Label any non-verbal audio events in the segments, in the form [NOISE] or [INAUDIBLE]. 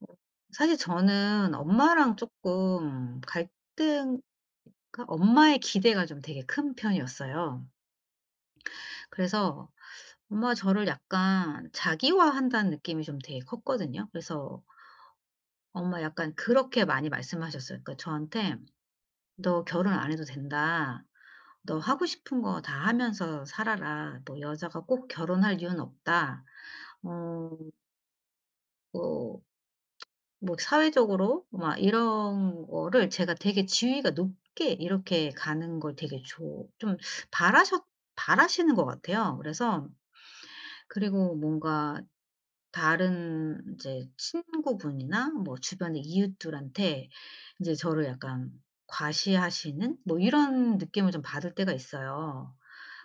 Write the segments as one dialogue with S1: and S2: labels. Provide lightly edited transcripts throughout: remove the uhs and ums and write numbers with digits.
S1: 어 사실 저는 엄마랑 조금 갈등, 그러니까 엄마의 기대가 좀 되게 큰 편이었어요. 그래서 엄마가 저를 약간 자기화한다는 느낌이 좀 되게 컸거든요. 그래서 엄마가 약간 그렇게 많이 말씀하셨어요. 그러니까 저한테 "너 결혼 안 해도 된다. 너 하고 싶은 거 다 하면서 살아라. 뭐 여자가 꼭 결혼할 이유는 없다." 어뭐 뭐 사회적으로 막 이런 거를 제가 되게 지위가 높게 이렇게 가는 걸 되게 좋 좀 바라셨 바라시는 것 같아요. 그래서, 그리고 뭔가 다른 인제 친구분이나 뭐 주변의 이웃들한테 인제 저를 약간 과시하시는 뭐 이런 느낌을 좀 받을 때가 있어요.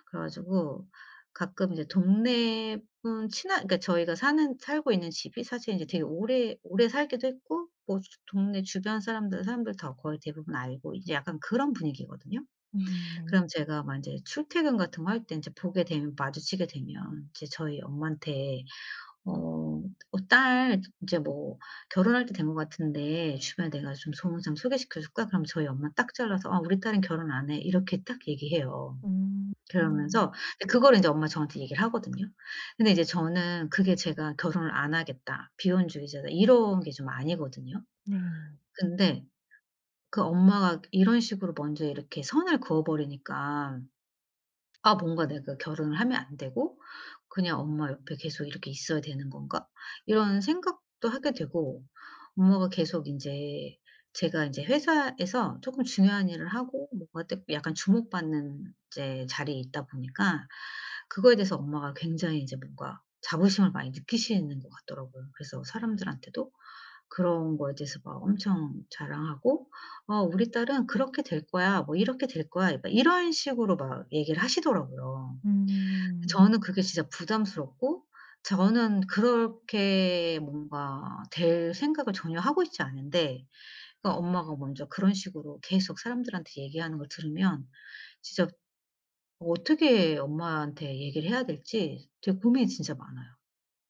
S1: 그래 가지고 가끔 이제 동네 분 친한, 그러니까 저희가 사는 살고 있는 집이 사실 이제 되게 오래 오래 살기도 했고, 뭐 주 동네 주변 사람들 다 거의 대부분 알고 이제 약간 그런 분위기거든요.
S2: 네.
S1: 그럼 제가 막제 출퇴근 같은 거 할 때 이제 보게 되면 마주치게 되면 이제 저희 엄마한테 어 "어 딸 이제 뭐 결혼할 때 된 것 같은데 주변에 내가 좀 소문 좀 소개시켜 줄까?" 그럼 저희 엄마 딱 잘라서 "아 우리 딸은 결혼 안 해." 이렇게 딱 얘기해요.
S2: 음. 음.
S1: 그러면서 그거를 인제 엄마가 저한테 얘기를 하거든요. 근데 이제 저는 그게 제가 '결혼을 안 하겠다. 비혼주의자다.' 이런 게 좀 아니거든요.
S2: 네.
S1: 근데 그 엄마가 이런 식으로 먼저 이렇게 선을 그어 버리니까 '아 뭔가 내가 결혼을 하면 안 되고 그냥 엄마 옆에 계속 이렇게 있어야 되는 건가?' 이런 생각도 하게 되고, 엄마가 계속 이제 제가 이제 회사에서 조금 중요한 일을 하고 뭔가 떼 약간 주목받는 이제 자리에 있다 보니까 그거에 대해서 엄마가 굉장히 이제 뭔가 자부심을 많이 느끼시는 것 같더라고요. 그래서 사람들한테도 그런 거에 대해서 막 엄청 자랑하고 "어 우리 딸은 그렇게 될 거야." 뭐 "이렇게 될 거야." 막 이런 식으로 막 얘기를 하시더라고요.
S2: 음.
S1: 저는 그게 진짜 부담스럽고, 저는 그렇게 뭔가 될 생각을 전혀 하고 있지 않은데 그러니까 엄마가 먼저 그런 식으로 계속 사람들한테 얘기하는 걸 들으면 진짜 어떻게 엄마한테 얘기를 해야 될지 되게 고민이 진짜 많아요.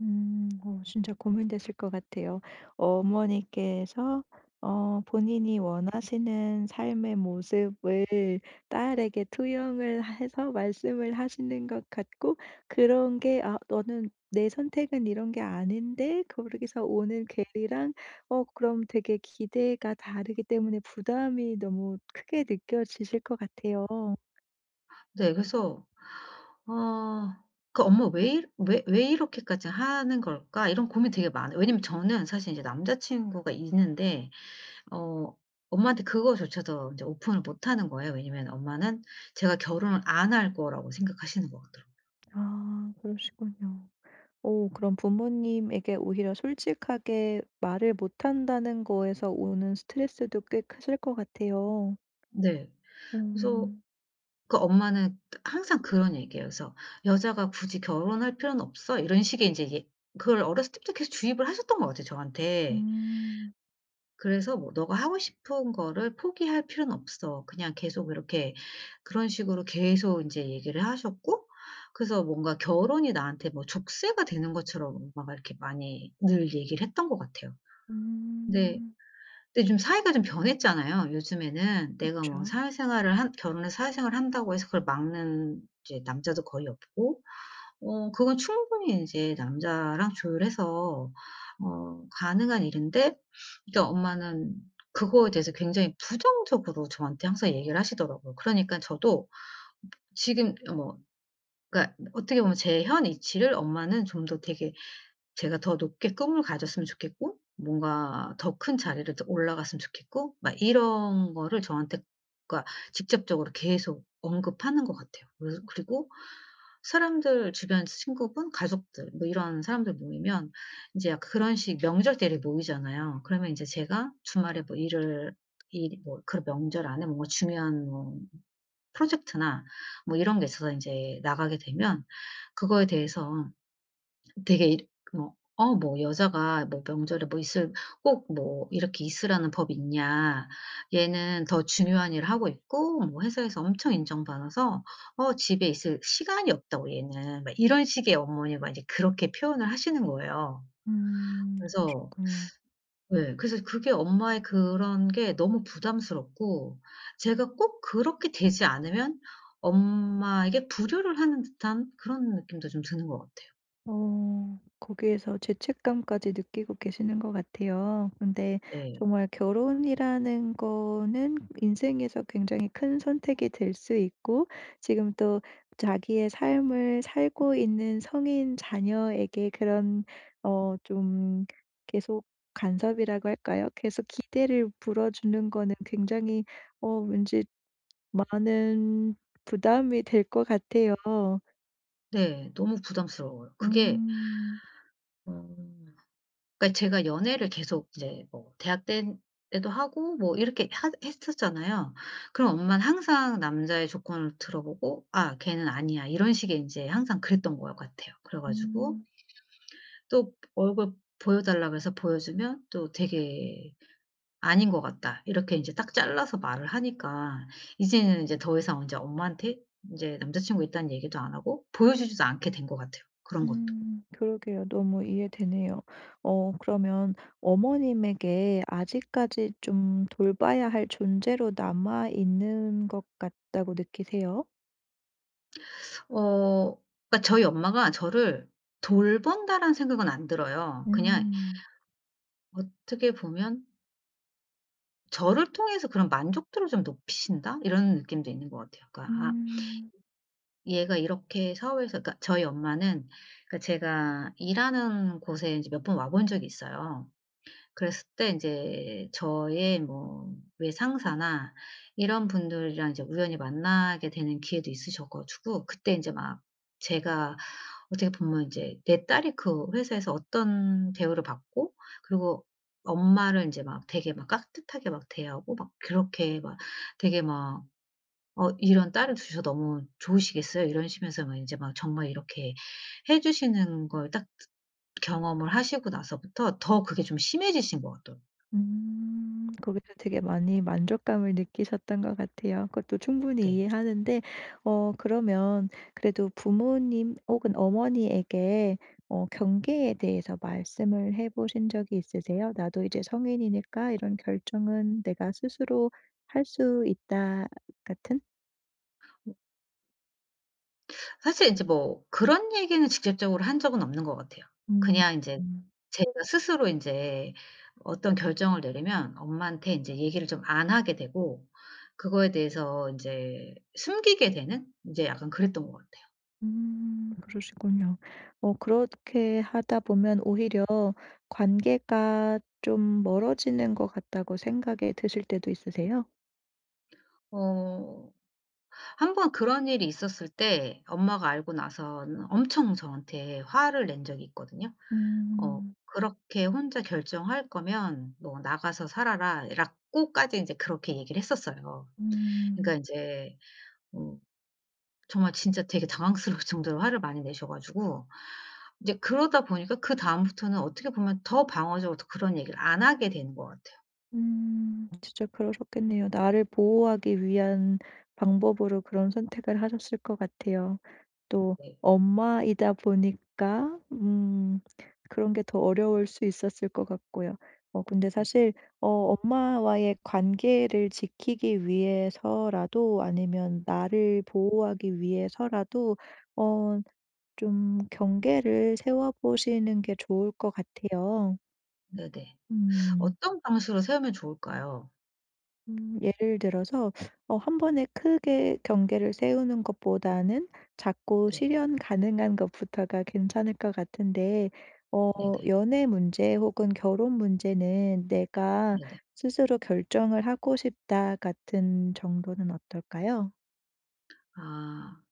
S2: 음. 진짜 고민되실 것 같아요. 어머니께서 본인이 원하시는 삶의 모습을 딸에게 투영을 해서 말씀을 하시는 것 같고 그런 게 '아 너는 내 선택은 이런 게 아닌데.' 거기서 오는 괴리랑 그럼 되게 기대가 다르기 때문에 부담이 너무 크게 느껴지실 것 같아요.
S1: 네. 그래서, 어. 그 '엄마 왜이 왜 왜 이렇게까지 하는 걸까?' 이런 고민이 되게 많아요. 왜냐면 저는 사실 이제 남자친구가 있는데 어 엄마한테 그거조차도 이제 오픈을 못 하는 거예요. 왜냐면 엄마는 제가 결혼을 안 할 거라고 생각하시는 것 같더라고요.
S2: 아 그러시군요. 오 그럼 부모님에게 오히려 솔직하게 말을 못한다는 거에서 오는 스트레스도 꽤 크실 것 같아요.
S1: 네. 그래서
S2: 음.
S1: 그 엄마는 항상 그런 얘기예요. 그래서 "여자가 굳이 결혼할 필요는 없어." 이런 식의 이제 그걸 어렸을 때부터 계속 주입을 하셨던 것 같아요, 저한테.
S2: 음.
S1: 그래서 뭐 "너가 하고 싶은 거를 포기할 필요는 없어." 그냥 계속 이렇게 그런 식으로 계속 인제 얘기를 하셨고, 그래서 뭔가 결혼이 나한테 뭐 족쇄가 되는 것처럼 엄마가 이렇게 많이 늘 얘기를 했던 것 같아요. 근데
S2: 음.
S1: 좀 사이가 좀 변했잖아요. 요즘에는 내가 뭐
S2: 그쵸.
S1: 사회생활을 한 결혼해서 사회생활을 한다고 해서 그걸 막는 이제 남자도 거의 없고 그건 충분히 인제 남자랑 조율해서 가능한 일인데, 그러니까 엄마는 그거에 대해서 굉장히 부정적으로 저한테 항상 얘기를 하시더라고요. 그러니까 저도 지금 뭐, 그러니까 어떻게 보면 제 현 이치를 엄마는 좀 더 되게, 제가 더 높게 꿈을 가졌으면 좋겠고 뭔가 더 큰 자리를 더 올라갔으면 좋겠고 막 이런 거를 저한테 그러니까 직접적으로 계속 언급하는 것 같아요. 그래서, 그리고 사람들 주변 친구분, 가족들 뭐 이런 사람들 모이면 인제 약 그런 식 명절 때 이렇게 모이잖아요. 그러면 인제 제가 주말에 뭐 일을 일, 뭐 그런 명절 안에 뭔가 중요한 뭐 프로젝트나 뭐 이런 게 있어서 인제 나가게 되면 그거에 대해서 되게 이 뭐, "어 뭐 여자가 뭐 명절에 뭐 있을 꼭 뭐 이렇게 있으라는 법이 있냐. 얘는 더 중요한 일을 하고 있고 뭐 회사에서 엄청 인정받아서 집에 있을 시간이 없다고 얘는." 막 이런 식의 어머니가 이제 그렇게 표현을 하시는 거예요.
S2: 음.
S1: 그래서
S2: 그러셨군요.
S1: 네, 그래서 그게 엄마의 그런 게 너무 부담스럽고, 제가 꼭 그렇게 되지 않으면 엄마에게 불효를 하는 듯한 그런 느낌도 좀 드는 것 같아요.
S2: 어. 거기에서 죄책감까지 느끼고 계시는 것 같아요. 근데
S1: 네.
S2: 정말 결혼이라는 거는 인생에서 굉장히 큰 선택이 될 수 있고 지금 또 자기의 삶을 살고 있는 성인 자녀에게 그런 어 좀 계속 간섭이라고 할까요? 계속 기대를 불어주는 거는 굉장히 왠지 많은 부담이 될 것 같아요.
S1: 네. 너무 부담스러워요, 그게.
S2: 음.
S1: 어. 그러니까 제가 연애를 계속 이제 뭐 대학 때 때도 하고 뭐 이렇게 하 했었잖아요. 그럼 엄마는 항상 남자의 조건을 들어보고 '아 걔는 아니야.' 이런 식의 인제 항상 그랬던 것 같아요. 그래 가지고
S2: 음.
S1: 또 얼굴 보여 달라 고 해서 보여주면 또 되게 "아닌 것 같다." 이렇게 인제 딱 잘라서 말을 하니까 이제는 인제 더 이상 인제 엄마한테 인제 남자친구 있다는 얘기도 안 하고 보여주지도 않게 된 것 같아요, 그런 것.
S2: 그러게요. 너무 이해되네요. 어 그러면 어머님에게 아직까지 좀 돌봐야 할 존재로 남아 있는 것 같다고 느끼세요?
S1: 어 그러니까 저희 엄마가 저를 돌본다라는 생각은 안 들어요. 그냥
S2: 음.
S1: 어떻게 보면 저를 통해서 그런 만족도를 좀 높이신다 이런 느낌도 있는 것 같아요. 그러니까 '아
S2: 음.
S1: 얘가 이렇게 사회에서', 그러니까 저희 엄마는, 그러니까 제가 일하는 곳에 인제 몇 번 와본 적이 있어요. 그랬을 때 이제 저의 뭐 외상사나 이런 분들이랑 이제 우연히 만나게 되는 기회도 있으셔 가지고 그때 인제 막 제가 어떻게 보면 이제 내 딸이 그 회사에서 어떤 대우를 받고, 그리고 엄마를 인제 막 되게 막 깍듯하게 막 대하고 막 그렇게 막 되게 막 "이런 딸을 두셔서 너무 좋으시겠어요." 이러시면서 막제막 정말 이렇게 해 주시는 걸 딱 경험을 하시고 나서부터 더 그게 좀 심해지신 것 같더라고요.
S2: 음. 거기서 되게 많이 만족감을 느끼셨던 것 같아요. 그것도 충분히
S1: 네.
S2: 이해하는데 어 그러면 그래도 부모님 혹은 어머니에게 경계에 대해서 말씀을 해 보신 적이 있으세요? "나도 이제 성인이니까 이런 결정은 내가 스스로 할 수 있다." 같은?
S1: 사실 이제 뭐 그런 얘기는 직접적으로 한 적은 없는 것 같아요.
S2: 음.
S1: 그냥 이제 제가 스스로 이제 어떤 결정을 내리면 엄마한테 이제 얘기를 좀 안 하게 되고 그거에 대해서 이제 숨기게 되는 이제 약간 그랬던 것 같아요.
S2: 그러시군요. 그렇게 하다 보면 오히려 관계가 좀 멀어지는 것 같다고 생각이 드실 때도 있으세요?
S1: 어 한 번 그런 일이 있었을 때 엄마가 알고 나서는 엄청 저한테 화를 낸 적이 있거든요.
S2: 음.
S1: "그렇게 혼자 결정할 거면 너 나가서 살아라." 라고까지 인제 그렇게 얘기를 했었어요. 그러니까
S2: 음.
S1: 인제, 어 정말 진짜 되게 당황스러울 [LAUGHS] 정도로 화를 많이 내셔 가지고 이제 그러다 보니까 그다음부터는 어떻게 보면 더 방어적으로 더 그런 얘기를 안 하게 되는 것 같아요.
S2: 음. 진짜 그러셨겠네요. 나를 보호하기 위한 방법으로 그런 선택을 하셨을 것 같아요. 또
S1: 네.
S2: 엄마이다 보니까 그런 게 더 어려울 수 있었을 것 같고요. 어 근데
S1: 네.
S2: 사실 어 엄마와의 관계를 지키기 위해서라도 아니면 나를 보호하기 위해서라도 어 좀 경계를 세워 보시는 게 좋을 것 같아요.
S1: 네네.
S2: 음.
S1: 어떤 방식으로 세우면 좋을까요?
S2: 예를 들어서 한 번에 크게 경계를 세우는 것보다는 작고
S1: 네.
S2: 실현 가능한 것부터가 괜찮을 것 같은데 어
S1: 네네.
S2: 연애 문제 혹은 결혼 문제는 '내가
S1: 네네.
S2: 스스로 결정을 하고 싶다.' 같은 정도는 어떨까요?
S1: 아.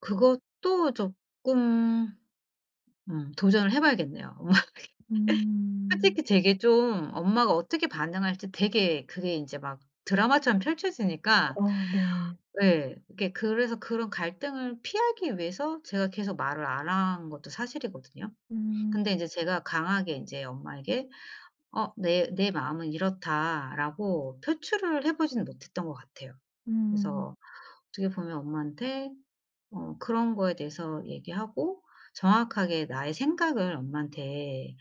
S1: 그것도 조금 도전을 해 봐야겠네요. [LAUGHS]
S2: 음.
S1: 솔직히 되게 좀, 엄마가 어떻게 반응할지 되게 그게 인제 막 드라마처럼
S2: 어
S1: 펼쳐지니까,
S2: 네.
S1: 예, 이게 그래서 그런 갈등을 피하기 위해서 제가 계속 말을 안 한 것도 사실이거든요.
S2: 음.
S1: 근데 인제 제가 강하게 인제 엄마에게 "내 마음은 이렇다."라고 표출을 해 보지는 못했던 것 같아요.
S2: 음.
S1: 그래서 어떻게 보면 엄마한테 그런 거에 대해서 얘기하고 정확하게 나의 생각을 엄마한테,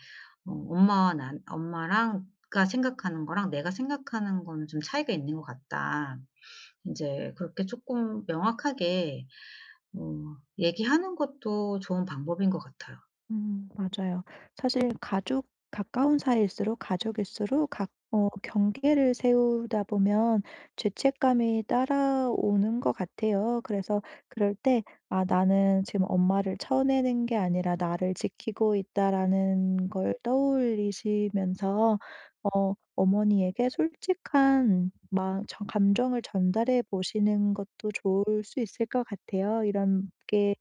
S1: "엄마와 난 엄마랑 가 생각하는 거랑 내가 생각하는 거는 좀 차이가 있는 것 같다." 이제 그렇게 조금 명확하게 얘기하는 것도 좋은 방법인 것 같아요.
S2: 맞아요. 사실 가족 가까운 사이일수록 가족일수록 각 경계를 세우다 보면 죄책감이 따라오는 것 같아요. 그래서 그럴 때 '아 나는 지금 엄마를 쳐내는 게 아니라 나를 지키고 있다.'라는 걸 떠올리시면서 어머니에게 솔직한 감정을 전달해 보시는 것도 좋을 수 있을 것 같아요. 이런 게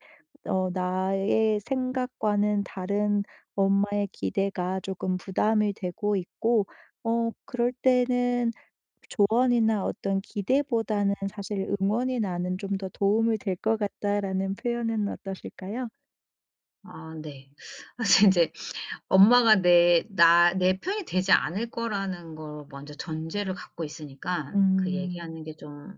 S2: 나의 생각과는 다른 엄마의 기대가 조금 부담이 되고 있고 그럴 때는 조언이나 어떤 기대보다는 사실 응원이 나는 '좀 더 도움이 될 것 같다.'라는 표현은 어떠실까요?
S1: 아 네. [LAUGHS] 사실 이제 엄마가 내 편이 되지 않을 거라는 걸 먼저 전제를 갖고 있으니까, 그
S2: 음.
S1: 얘기하는 게좀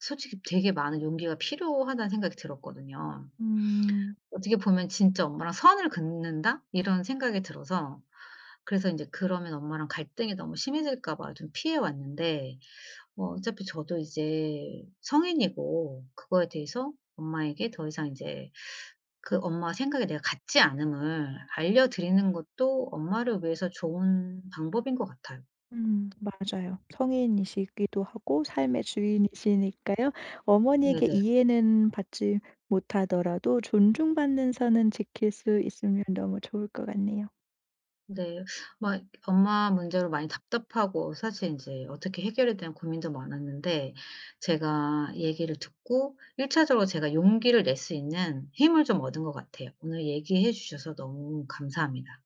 S1: 솔직히 되게 많은 용기가 필요하다는 생각이 들었거든요.
S2: 음.
S1: 어떻게 보면 '진짜 엄마랑 선을 긋는다.' 이런 생각이 들어서 그래서 인제, 그러면 엄마랑 갈등이 너무 심해질까 봐 좀 피해 왔는데, 뭐 어차피 저도 이제 성인이고 그거에 대해서 엄마에게 더 이상 이제 그 엄마 생각에 내가 같지 않음을 알려 드리는 것도 엄마를 위해서 좋은 방법인 것 같아요.
S2: 맞아요. 성인이시기도 하고 삶의 주인이시니까요. 어머니에게
S1: 네네.
S2: 이해는 받지 못하더라도 존중받는 선은 지킬 수 있으면 너무 좋을 것 같네요.
S1: 네. 막 엄마 문제로 많이 답답하고 사실 인제 어떻게 해결해야 되나 고민도 많았는데, 제가 얘기를 듣고 1차적으로 제가 용기를 낼 수 있는 힘을 좀 얻은 것 같아요. 오늘 얘기해 주셔서 너무 감사합니다.